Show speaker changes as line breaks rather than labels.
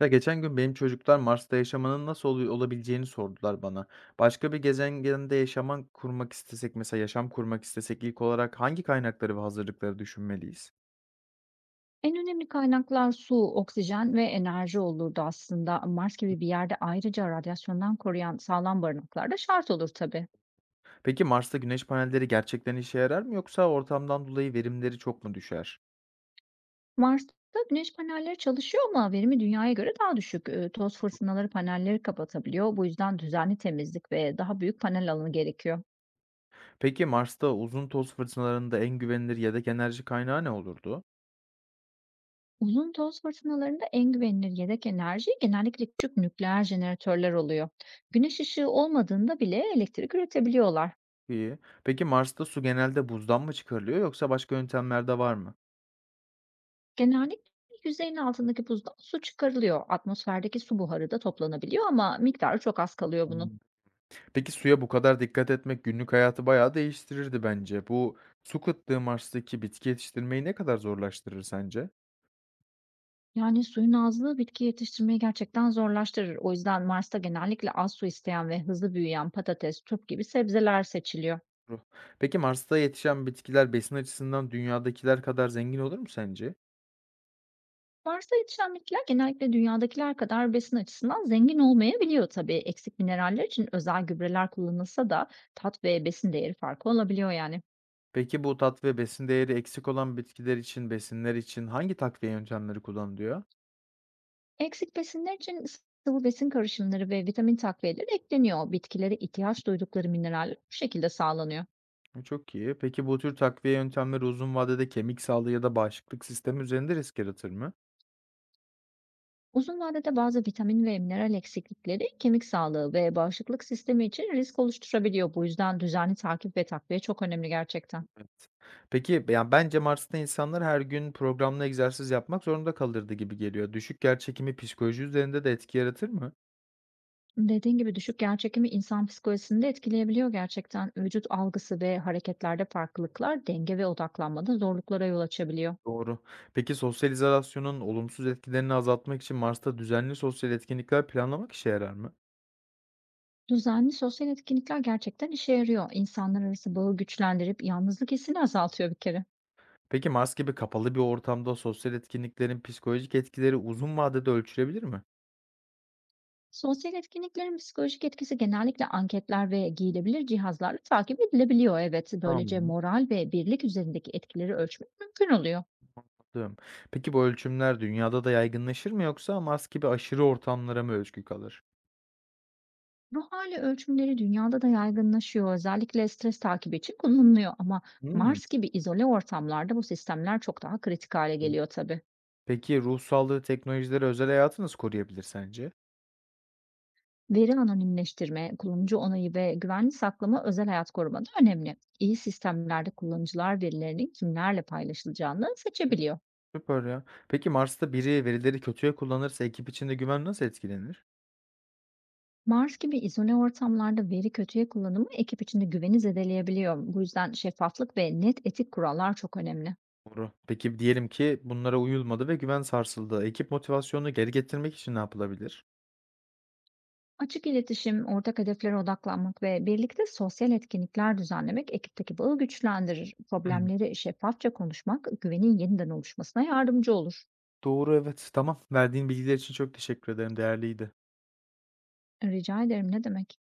Ya geçen gün benim çocuklar Mars'ta yaşamanın nasıl olabileceğini sordular bana. Başka bir gezegende yaşam kurmak istesek, mesela yaşam kurmak istesek ilk olarak hangi kaynakları ve hazırlıkları düşünmeliyiz?
En önemli kaynaklar su, oksijen ve enerji olurdu aslında. Mars gibi bir yerde ayrıca radyasyondan koruyan sağlam barınaklar da şart olur tabii.
Peki Mars'ta güneş panelleri gerçekten işe yarar mı yoksa ortamdan dolayı verimleri çok mu düşer?
Mars'ta güneş panelleri çalışıyor ama verimi dünyaya göre daha düşük. Toz fırtınaları panelleri kapatabiliyor. Bu yüzden düzenli temizlik ve daha büyük panel alanı gerekiyor.
Peki Mars'ta uzun toz fırtınalarında en güvenilir yedek enerji kaynağı ne olurdu?
Uzun toz fırtınalarında en güvenilir yedek enerji genellikle küçük nükleer jeneratörler oluyor. Güneş ışığı olmadığında bile elektrik üretebiliyorlar.
İyi. Peki Mars'ta su genelde buzdan mı çıkarılıyor yoksa başka yöntemler de var mı?
Genellikle yüzeyin altındaki buzdan su çıkarılıyor. Atmosferdeki su buharı da toplanabiliyor ama miktarı çok az kalıyor bunun.
Hmm. Peki suya bu kadar dikkat etmek günlük hayatı bayağı değiştirirdi bence. Bu su kıtlığı Mars'taki bitki yetiştirmeyi ne kadar zorlaştırır sence?
Yani suyun azlığı bitki yetiştirmeyi gerçekten zorlaştırır. O yüzden Mars'ta genellikle az su isteyen ve hızlı büyüyen patates, turp gibi sebzeler seçiliyor.
Ruh. Peki Mars'ta yetişen bitkiler besin açısından dünyadakiler kadar zengin olur mu sence?
Mars'ta yetişen bitkiler genellikle dünyadakiler kadar besin açısından zengin olmayabiliyor tabii. Eksik mineraller için özel gübreler kullanılsa da tat ve besin değeri farkı olabiliyor yani.
Peki bu tat ve besin değeri eksik olan bitkiler için, besinler için hangi takviye yöntemleri kullanılıyor?
Eksik besinler için sıvı besin karışımları ve vitamin takviyeleri ekleniyor. Bitkilere ihtiyaç duydukları mineraller bu şekilde sağlanıyor.
Çok iyi. Peki bu tür takviye yöntemleri uzun vadede kemik sağlığı ya da bağışıklık sistemi üzerinde risk yaratır mı?
Uzun vadede bazı vitamin ve mineral eksiklikleri kemik sağlığı ve bağışıklık sistemi için risk oluşturabiliyor. Bu yüzden düzenli takip ve takviye çok önemli gerçekten.
Peki, yani, bence Mars'ta insanlar her gün programlı egzersiz yapmak zorunda kalırdı gibi geliyor. Düşük yerçekimi psikoloji üzerinde de etki yaratır mı?
Dediğin gibi düşük yer çekimi insan psikolojisini de etkileyebiliyor gerçekten. Vücut algısı ve hareketlerde farklılıklar denge ve odaklanmada zorluklara yol açabiliyor.
Doğru. Peki sosyal izolasyonun olumsuz etkilerini azaltmak için Mars'ta düzenli sosyal etkinlikler planlamak işe yarar mı?
Düzenli sosyal etkinlikler gerçekten işe yarıyor. İnsanlar arası bağı güçlendirip yalnızlık hissini azaltıyor bir kere.
Peki Mars gibi kapalı bir ortamda sosyal etkinliklerin psikolojik etkileri uzun vadede ölçülebilir mi?
Sosyal etkinliklerin psikolojik etkisi genellikle anketler ve giyilebilir cihazlarla takip edilebiliyor. Evet, böylece
Tamam,
moral ve birlik üzerindeki etkileri ölçmek mümkün oluyor.
anladım. Peki bu ölçümler dünyada da yaygınlaşır mı yoksa Mars gibi aşırı ortamlara mı özgü kalır?
Ruh hali ölçümleri dünyada da yaygınlaşıyor. Özellikle stres takibi için kullanılıyor ama
Hımm.
Mars gibi izole ortamlarda bu sistemler çok daha kritik hale geliyor tabii.
Peki ruh sağlığı teknolojileri özel hayatı nasıl koruyabilir sence?
Veri anonimleştirme, kullanıcı onayı ve güvenli saklama özel hayat korumada önemli. İyi sistemlerde kullanıcılar verilerinin kimlerle paylaşılacağını seçebiliyor.
Süper ya. Peki Mars'ta biri verileri kötüye kullanırsa ekip içinde güven nasıl etkilenir?
Mars gibi izole ortamlarda veri kötüye kullanımı ekip içinde güveni zedeleyebiliyor. Bu yüzden şeffaflık ve net etik kurallar çok önemli.
Doğru. Peki diyelim ki bunlara uyulmadı ve güven sarsıldı. Ekip motivasyonunu geri getirmek için ne yapılabilir?
Açık iletişim, ortak hedeflere odaklanmak ve birlikte sosyal etkinlikler düzenlemek ekipteki bağı güçlendirir.
Hı.
Problemleri şeffafça konuşmak güvenin yeniden oluşmasına yardımcı olur.
Doğru evet. Tamam. Verdiğin bilgiler için çok teşekkür ederim. Değerliydi.
Rica ederim, ne demek?